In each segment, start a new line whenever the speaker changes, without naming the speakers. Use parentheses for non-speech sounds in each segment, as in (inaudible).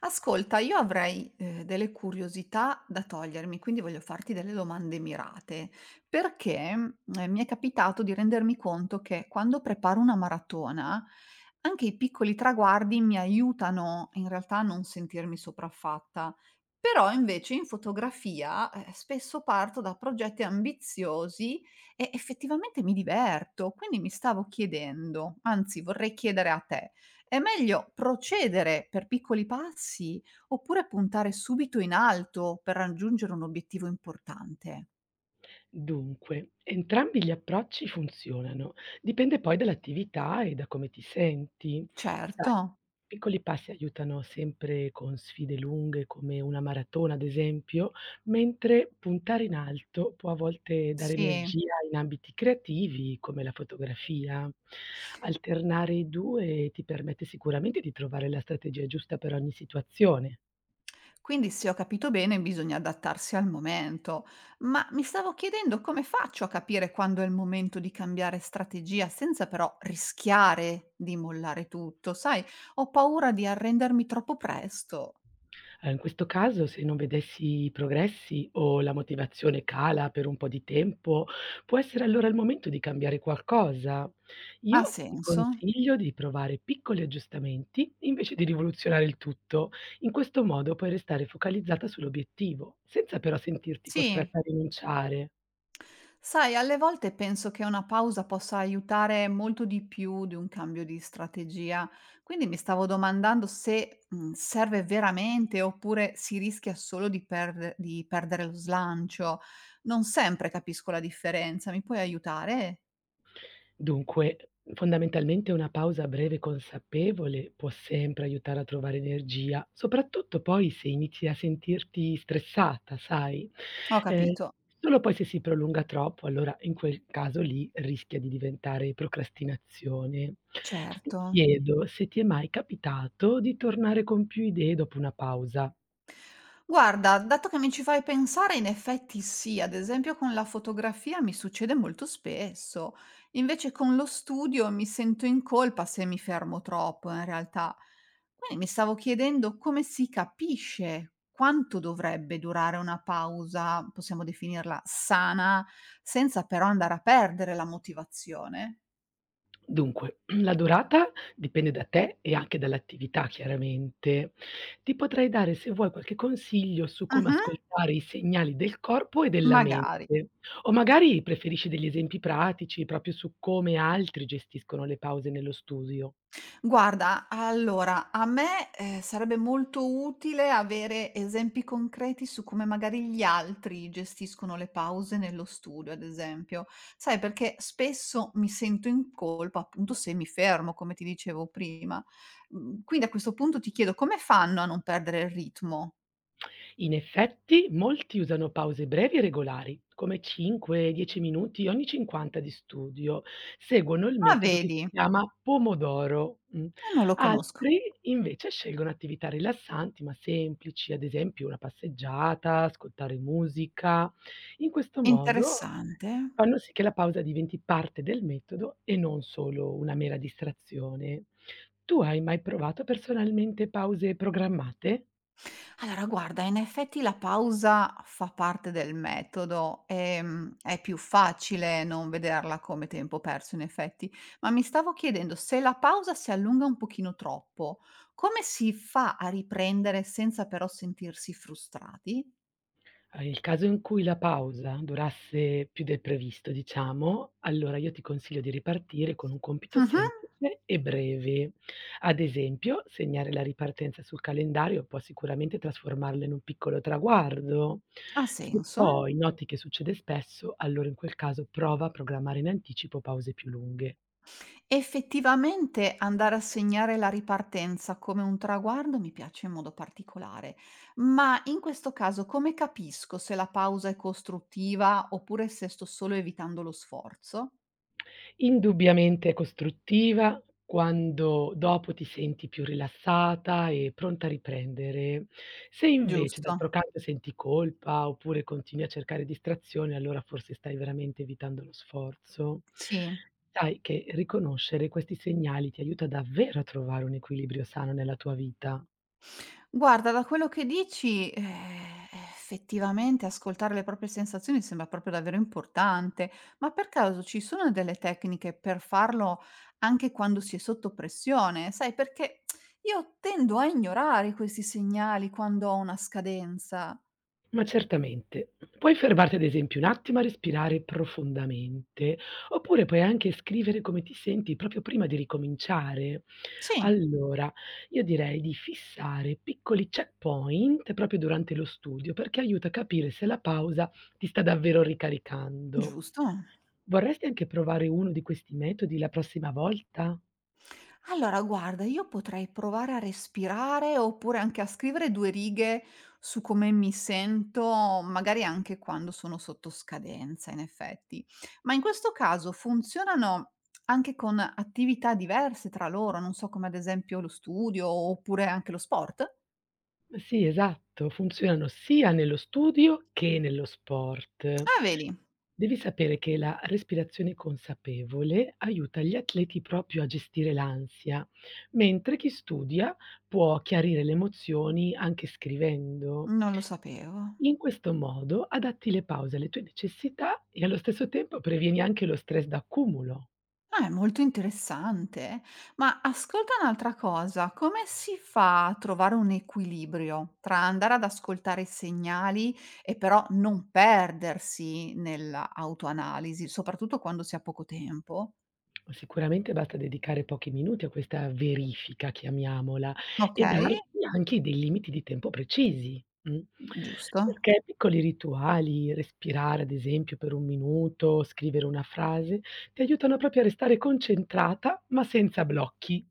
Ascolta, io avrei, delle curiosità da togliermi, quindi voglio farti delle domande mirate, perché mi è capitato di rendermi conto che quando preparo una maratona, anche i piccoli traguardi mi aiutano in realtà a non sentirmi sopraffatta. Però invece in fotografia, spesso parto da progetti ambiziosi e effettivamente mi diverto, quindi mi stavo chiedendo, anzi vorrei chiedere a te è meglio procedere per piccoli passi oppure puntare subito in alto per raggiungere un obiettivo importante?
Dunque, entrambi gli approcci funzionano, dipende poi dall'attività e da come ti senti.
Certo,
Sai, piccoli passi aiutano sempre con sfide lunghe come una maratona, ad esempio, mentre puntare in alto può a volte dare
sì.
energia in ambiti creativi come la fotografia. Alternare i due ti permette sicuramente di trovare la strategia giusta per ogni situazione.
Quindi se ho capito bene bisogna adattarsi al momento, ma mi stavo chiedendo come faccio a capire quando è il momento di cambiare strategia senza però rischiare di mollare tutto, sai? Ho paura di arrendermi troppo presto.
In questo caso se non vedessi i progressi o la motivazione cala per un po' di tempo, può essere allora il momento di cambiare qualcosa.
Ha
Io ti
senso?
consiglio di provare piccoli aggiustamenti invece di rivoluzionare il tutto. In questo modo puoi restare focalizzata sull'obiettivo, senza però sentirti
Sì.
costretta a rinunciare.
Sai, alle volte penso che una pausa possa aiutare molto di più di un cambio di strategia, quindi mi stavo domandando se serve veramente oppure si rischia solo di perdere lo slancio. Non sempre capisco la differenza, mi puoi aiutare?
Dunque, fondamentalmente una pausa breve consapevole può sempre aiutare a trovare energia, soprattutto poi se inizi a sentirti stressata, sai?
Ho
Ehm,
capito,
solo poi se si prolunga troppo, allora in quel caso lì rischia di diventare procrastinazione. Ti
certo.
chiedo se ti è mai capitato di tornare con più idee dopo una pausa.
Guarda, dato che mi ci fai pensare, in effetti sì, ad esempio con la fotografia mi succede molto spesso. Invece con lo studio mi sento in colpa se mi fermo troppo, in realtà. Quindi mi stavo chiedendo come si capisce quanto dovrebbe durare una pausa, possiamo definirla sana, senza però andare a perdere la motivazione.
Dunque, (clears throat) la durata dipende da te e anche dall'attività chiaramente. Ti potrei dare, se vuoi, qualche consiglio su come
Mhm,
ascoltare i segnali del corpo e della
magari.
mente, o magari preferisci degli esempi pratici proprio su come altri gestiscono le pause nello studio.
Guarda, allora, a me, sarebbe molto utile avere esempi concreti su come magari gli altri gestiscono le pause nello studio, ad esempio. Sai, perché spesso mi sento in colpa, appunto, se mi fermo, come ti dicevo prima. Mhmm, quindi a questo punto ti chiedo: come fanno a non perdere il ritmo?
In effetti, molti usano pause brevi e regolari, come 5-10 minuti ogni 50 di studio. Seguono il
Ah,
metodo che si
vedi?
chiama pomodoro.
Non lo conosco.
Altri invece scelgono attività rilassanti ma semplici, ad esempio una passeggiata, ascoltare musica. In questo modo
Interessante.
fanno sì che la pausa diventi parte del metodo e non solo una mera distrazione. Tu hai mai provato personalmente pause programmate?
Allora guarda, in effetti la pausa fa parte del metodo, è più facile non vederla come tempo perso in effetti, ma mi stavo chiedendo se la pausa si allunga un pochino troppo, come si fa a riprendere senza però sentirsi frustrati?
Nel caso in cui la pausa durasse più del previsto, diciamo, allora io ti consiglio di ripartire con un compito
Mh-mh,
semplice e breve. Ad esempio, segnare la ripartenza sul calendario può sicuramente trasformarla in un piccolo traguardo.
ha
Se
senso.
poi noti che succede spesso, allora in quel caso prova a programmare in anticipo pause più lunghe.
Effettivamente andare a segnare la ripartenza come un traguardo mi piace in modo particolare, ma in questo caso come capisco se la pausa è costruttiva oppure se sto solo evitando lo sforzo?
Indubbiamente è costruttiva quando dopo ti senti più rilassata e pronta a riprendere. Se invece
Giusto,
d'altro canto senti colpa oppure continui a cercare distrazioni, allora forse stai veramente evitando lo sforzo.
sì.
Sai che riconoscere questi segnali ti aiuta davvero a trovare un equilibrio sano nella tua vita.
Guarda, da quello che dici, effettivamente ascoltare le proprie sensazioni sembra proprio davvero importante, ma per caso ci sono delle tecniche per farlo anche quando si è sotto pressione? Sai, perché io tendo a ignorare questi segnali quando ho una scadenza.
Ma certamente. Puoi fermarti ad esempio un attimo a respirare profondamente, oppure puoi anche scrivere come ti senti proprio prima di ricominciare.
Sì,
Allora, io direi di fissare piccoli checkpoint proprio durante lo studio, perché aiuta a capire se la pausa ti sta davvero ricaricando.
giusto?
Vorresti anche provare uno di questi metodi la prossima volta?
Allora guarda, io potrei provare a respirare, oppure anche a scrivere 2 righe su come mi sento, magari anche quando sono sotto scadenza in effetti. Ma in questo caso funzionano anche con attività diverse tra loro, non so come ad esempio lo studio, oppure anche lo sport?
Sì, esatto, funzionano sia nello studio che nello sport.
Ah vedi,
Devi sapere che la respirazione consapevole aiuta gli atleti proprio a gestire l'ansia, mentre chi studia può chiarire le emozioni anche scrivendo.
non lo sapevo.
In questo modo adatti le pause alle tue necessità e allo stesso tempo previeni anche lo stress d'accumulo.
Ah, è molto interessante. Ma ascolta un'altra cosa, come si fa a trovare un equilibrio tra andare ad ascoltare i segnali e però non perdersi nell'autoanalisi, soprattutto quando si ha poco tempo?
Sicuramente basta dedicare pochi minuti a questa verifica, chiamiamola, e
Okay,
darsi anche dei limiti di tempo precisi,
giusto.
Perché piccoli rituali, respirare ad esempio per 1 minuto, scrivere una frase, ti aiutano proprio a restare concentrata, ma senza blocchi.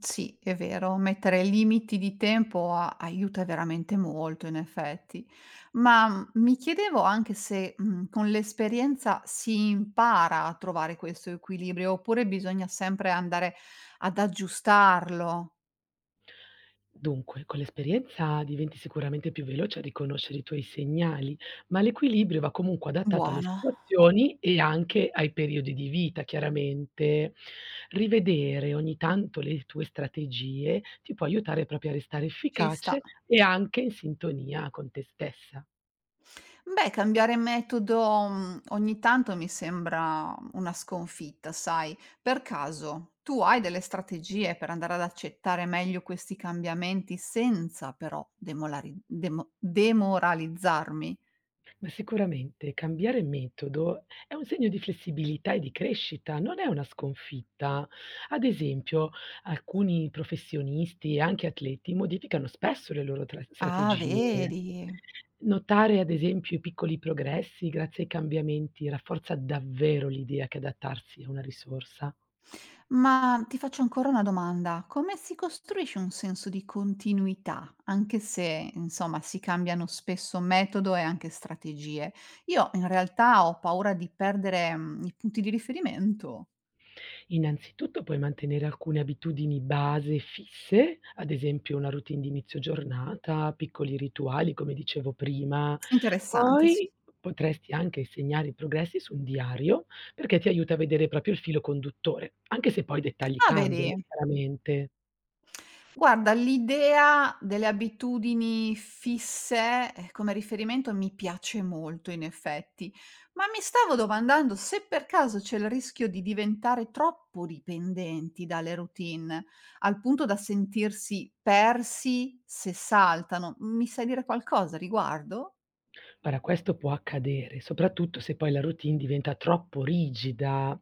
Sì, è vero, mettere limiti di tempo a aiuta veramente molto in effetti. Ma, mi chiedevo anche se, con l'esperienza si impara a trovare questo equilibrio, oppure bisogna sempre andare ad aggiustarlo?
Dunque, con l'esperienza diventi sicuramente più veloce a riconoscere i tuoi segnali, ma l'equilibrio va comunque adattato alle
Buono,
situazioni e anche ai periodi di vita, chiaramente. Rivedere ogni tanto le tue strategie ti può aiutare proprio a restare
ci sta.
efficace e anche in sintonia con te stessa.
Beh, cambiare metodo, ogni tanto mi sembra una sconfitta, sai. Per caso, tu hai delle strategie per andare ad accettare meglio questi cambiamenti senza però demolari demo demoralizzarmi?
Ma sicuramente cambiare metodo è un segno di flessibilità e di crescita, non è una sconfitta. Ad esempio, alcuni professionisti e anche atleti modificano spesso le loro
Ah,
strategie.
vedi.
Notare, ad esempio, i piccoli progressi grazie ai cambiamenti rafforza davvero l'idea che adattarsi è una risorsa.
Ma ti faccio ancora una domanda: come si costruisce un senso di continuità, anche se insomma si cambiano spesso metodo e anche strategie? Io in realtà ho paura di perdere, i punti di riferimento.
Innanzitutto puoi mantenere alcune abitudini base fisse, ad esempio una routine di inizio giornata, piccoli rituali, come dicevo prima.
Interessante, sì.
Poi potresti anche segnare i progressi su un diario, perché ti aiuta a vedere proprio il filo conduttore, anche se poi i dettagli
Ah, vedi?
cambiano, chiaramente.
Guarda, l'idea delle abitudini fisse, come riferimento mi piace molto in effetti, ma mi stavo domandando se per caso c'è il rischio di diventare troppo dipendenti dalle routine, al punto da sentirsi persi se saltano. Mi sai dire qualcosa a riguardo?
Guarda, questo può accadere, soprattutto se poi la routine diventa troppo rigida.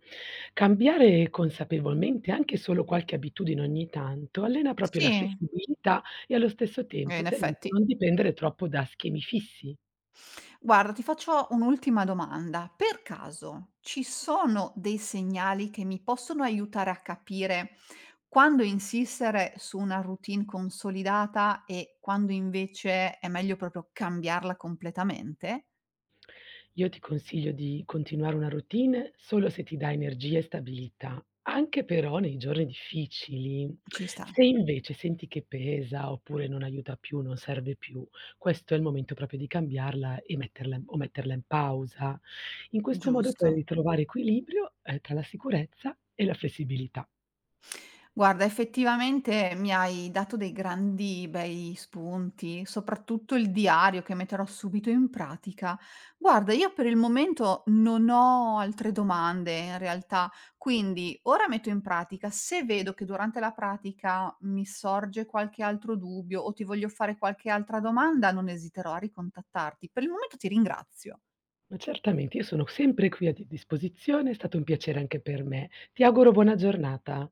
Cambiare consapevolmente anche solo qualche abitudine ogni tanto allena proprio la
Sì.
flessibilità e allo stesso tempo
In
ti aiuta a
effetti.
non dipendere troppo da schemi fissi.
Guarda, ti faccio un'ultima domanda. Per caso ci sono dei segnali che mi possono aiutare a capire quando insistere su una routine consolidata e quando invece è meglio proprio cambiarla completamente?
Io ti consiglio di continuare una routine solo se ti dà energia e stabilità, anche però nei giorni difficili.
Ci sta,
Se invece senti che pesa oppure non aiuta più, non serve più, questo è il momento proprio di cambiarla e metterla in o metterla in pausa. In questo modo puoi
giusto.
ritrovare equilibrio, tra la sicurezza e la flessibilità.
Guarda, effettivamente mi hai dato dei grandi bei spunti, soprattutto il diario che metterò subito in pratica. Guarda, io per il momento non ho altre domande in realtà, quindi ora metto in pratica. Se vedo che durante la pratica mi sorge qualche altro dubbio o ti voglio fare qualche altra domanda, non esiterò a ricontattarti. Per il momento ti ringrazio.
Ma certamente, io sono sempre qui a di disposizione, è stato un piacere anche per me. Ti auguro buona giornata.